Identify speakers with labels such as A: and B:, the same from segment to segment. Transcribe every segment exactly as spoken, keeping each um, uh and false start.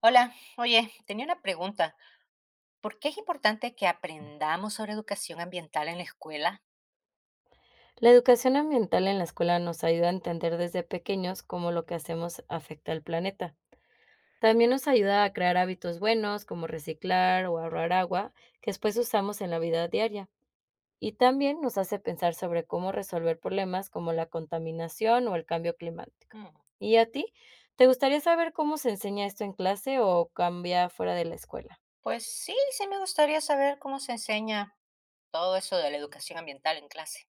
A: Hola, oye, tenía una pregunta. ¿Por qué es importante que aprendamos sobre educación ambiental en la escuela?
B: La educación ambiental en la escuela nos ayuda a entender desde pequeños cómo lo que hacemos afecta al planeta. También nos ayuda a crear hábitos buenos como reciclar o ahorrar agua, que después usamos en la vida diaria. Y también nos hace pensar sobre cómo resolver problemas como la contaminación o el cambio climático.
A: Mm,
B: ¿Y a ti? ¿Te gustaría saber cómo se enseña esto en clase o cambia fuera de la escuela?
A: Pues sí, sí me gustaría saber cómo se enseña todo eso de la educación ambiental en clase.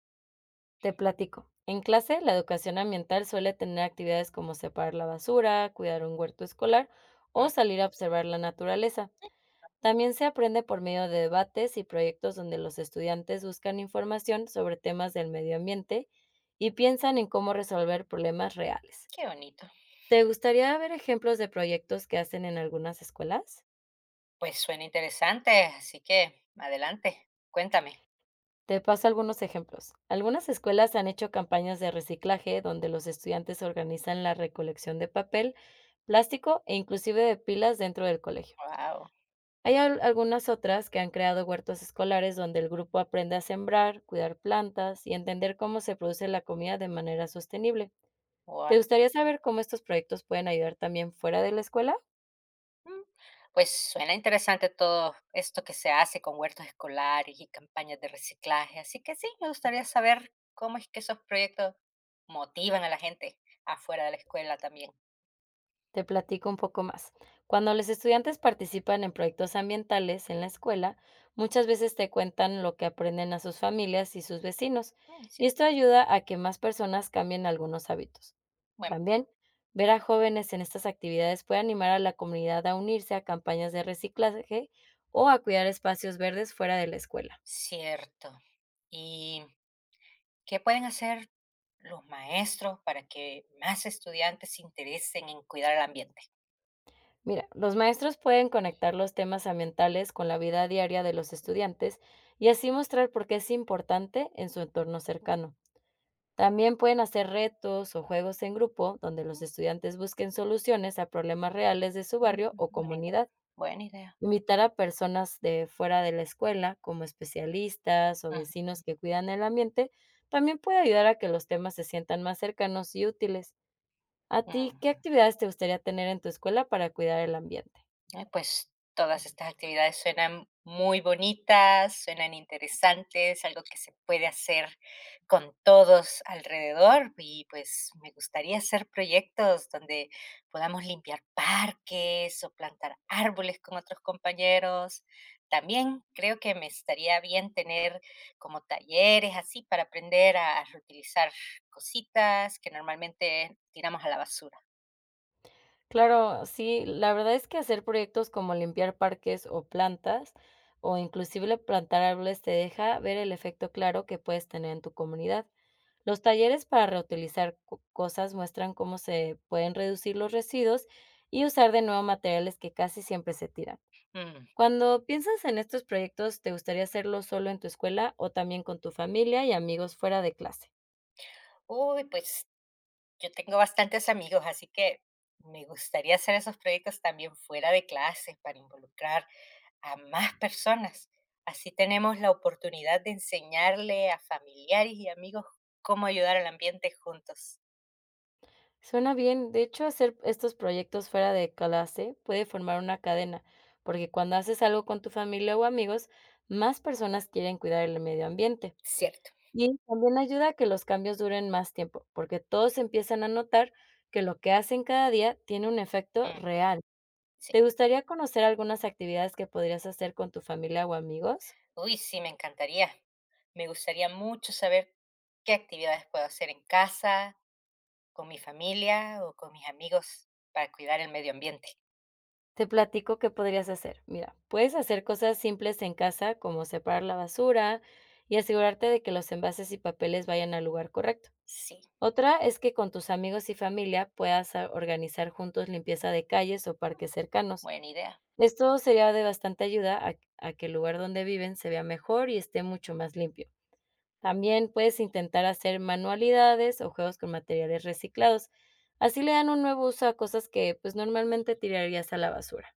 B: Te platico. En clase, la educación ambiental suele tener actividades como separar la basura, cuidar un huerto escolar o
A: Mm,
B: salir a observar la naturaleza. También se aprende por medio de debates y proyectos donde los estudiantes buscan información sobre temas del medio ambiente y piensan en cómo resolver problemas reales.
A: qué bonito.
B: ¿Te gustaría ver ejemplos de proyectos que hacen en algunas escuelas?
A: Pues suena interesante, así que adelante, cuéntame.
B: Te paso algunos ejemplos. Algunas escuelas han hecho campañas de reciclaje donde los estudiantes organizan la recolección de papel, plástico e inclusive de pilas dentro del colegio. Hay al- algunas otras que han creado huertos escolares donde el grupo aprende a sembrar, cuidar plantas y entender cómo se produce la comida de manera sostenible.
A: Wow.
B: ¿Te gustaría saber cómo estos proyectos pueden ayudar también fuera de la escuela?
A: Mm. Pues suena interesante todo esto que se hace con huertos escolares y campañas de reciclaje, así que sí, me gustaría saber cómo es que esos proyectos motivan a la gente afuera de la escuela también.
B: Te platico un poco más. Cuando los estudiantes participan en proyectos ambientales en la escuela, muchas veces te cuentan lo que aprenden a sus familias y sus vecinos,
A: Mm,
B: y
A: cierto,
B: esto ayuda a que más personas cambien algunos hábitos.
A: buen punto.
B: También, ver a jóvenes en estas actividades puede animar a la comunidad a unirse a campañas de reciclaje o a cuidar espacios verdes fuera de la escuela.
A: Cierto. ¿Y qué pueden hacer los maestros para que más estudiantes se interesen en cuidar el ambiente?
B: Mira, los maestros pueden conectar los temas ambientales con la vida diaria de los estudiantes y así mostrar por qué es importante en su entorno cercano. También pueden hacer retos o juegos en grupo donde los estudiantes busquen soluciones a problemas reales de su
A: Mm.
B: barrio o
A: Buena idea.
B: comunidad.
A: Buena idea.
B: Invitar a personas de fuera de la escuela, como especialistas o
A: Ujú,
B: vecinos que cuidan el ambiente, también puede ayudar a que los temas se sientan más cercanos y útiles. ¿A ti qué
A: ujú.
B: actividades te gustaría tener en tu escuela para cuidar el ambiente?
A: Ay, pues todas estas actividades suenan muy bonitas, suenan interesantes, algo que se puede hacer con todos alrededor y pues me gustaría hacer proyectos donde podamos limpiar parques o plantar árboles con otros compañeros. También creo que me estaría bien tener como talleres así para aprender a reutilizar cositas que normalmente tiramos a la basura.
B: Claro, sí, la verdad es que hacer proyectos como limpiar parques o plantas, o inclusive plantar árboles, te deja ver el efecto claro que puedes tener en tu comunidad. Los talleres para reutilizar co- cosas muestran cómo se pueden reducir los residuos y usar de nuevo materiales que casi siempre se tiran.
A: Ujú.
B: Cuando piensas en estos proyectos, ¿te gustaría hacerlo solo en tu escuela o también con tu familia y amigos fuera de clase?
A: Uy, pues yo tengo bastantes amigos, así que me gustaría hacer esos proyectos también fuera de clases para involucrar a más personas. Así tenemos la oportunidad de enseñarle a familiares y amigos cómo ayudar al ambiente juntos.
B: Suena bien. De hecho, hacer estos proyectos fuera de clase puede formar una cadena, porque cuando haces algo con tu familia o amigos, más personas quieren cuidar el medio ambiente.
A: Cierto.
B: Y también ayuda a que los cambios duren más tiempo, porque todos empiezan a notar que lo que hacen cada día tiene un efecto
A: Mm,
B: real.
A: sí.
B: ¿Te gustaría conocer algunas actividades que podrías hacer con tu familia o amigos?
A: Uy, sí, me encantaría. Me gustaría mucho saber qué actividades puedo hacer en casa, con mi familia o con mis amigos para cuidar el medio ambiente.
B: Te platico qué podrías hacer. Mira, puedes hacer cosas simples en casa, como separar la basura y asegurarte de que los envases y papeles vayan al lugar correcto.
A: Sí,
B: Otra es que con tus amigos y familia puedas ah, organizar juntos limpieza de calles o
A: mm,
B: parques cercanos.
A: buena idea.
B: Esto sería de bastante ayuda a, a que el lugar donde viven se vea mejor y esté mucho más limpio. También puedes intentar hacer manualidades o juegos con materiales reciclados. Así le dan un nuevo uso a cosas que pues normalmente tirarías a la basura.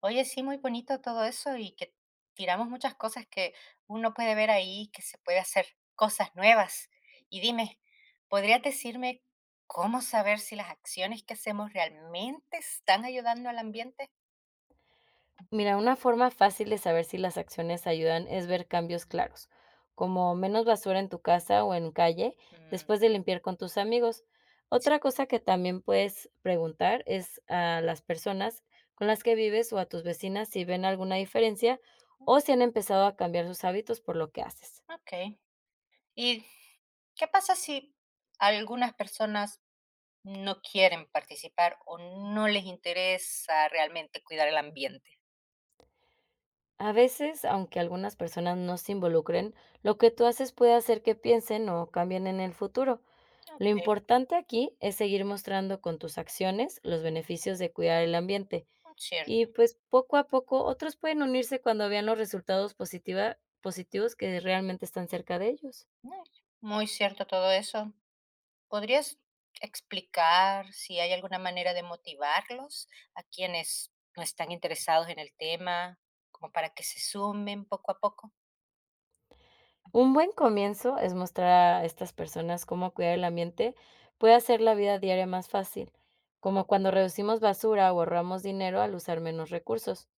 A: Oye, sí, muy bonito todo eso y que tiramos muchas cosas que uno puede ver ahí, que se puede hacer cosas nuevas. Y dime, ¿podrías decirme cómo saber si las acciones que hacemos realmente están ayudando al ambiente?
B: Mira, una forma fácil de saber si las acciones ayudan es ver cambios claros, como menos basura en tu casa o en calle
A: Mm,
B: después de limpiar con tus amigos.
A: sí,
B: Otra cosa que también puedes preguntar es a las personas con las que vives o a tus vecinas si ven alguna diferencia o si han empezado a cambiar sus hábitos por lo que haces.
A: ok. ¿Y qué pasa si algunas personas no quieren participar o no les interesa realmente cuidar el ambiente?
B: A veces, aunque algunas personas no se involucren, lo que tú haces puede hacer que piensen o cambien en el futuro. Lo
A: Ok,
B: importante aquí es seguir mostrando con tus acciones los beneficios de cuidar el ambiente, y
A: cierto.
B: pues poco a poco otros pueden unirse cuando vean los resultados positiva- positivos que realmente están cerca de ellos.
A: Muy muy cierto todo eso. ¿Podrías explicar si hay alguna manera de motivarlos a quienes no están interesados en el tema, como para que se sumen poco a poco?
B: Un buen comienzo es mostrar a estas personas cómo cuidar el ambiente puede hacer la vida diaria más fácil, como cuando reducimos basura o ahorramos dinero al usar menos recursos.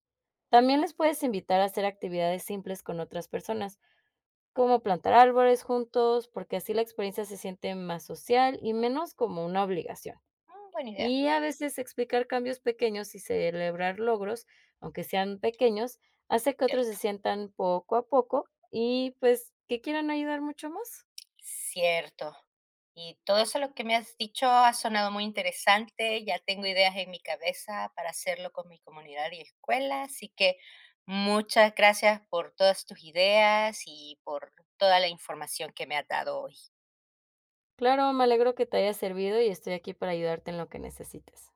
B: También les puedes invitar a hacer actividades simples con otras personas, como plantar árboles juntos, porque así la experiencia se siente más social y menos como una obligación.
A: Mm, buena idea,
B: Y a veces explicar cambios pequeños y celebrar logros, aunque sean pequeños, hace que otros se
A: cierto.
B: sientan poco a poco y pues que quieran ayudar mucho más.
A: Cierto. Y todo eso lo que me has dicho ha sonado muy interesante. Ya tengo ideas en mi cabeza para hacerlo con mi comunidad y escuela. Así que muchas gracias por todas tus ideas y por toda la información que me has dado hoy.
B: Claro, me alegro que te haya servido y estoy aquí para ayudarte en lo que necesites.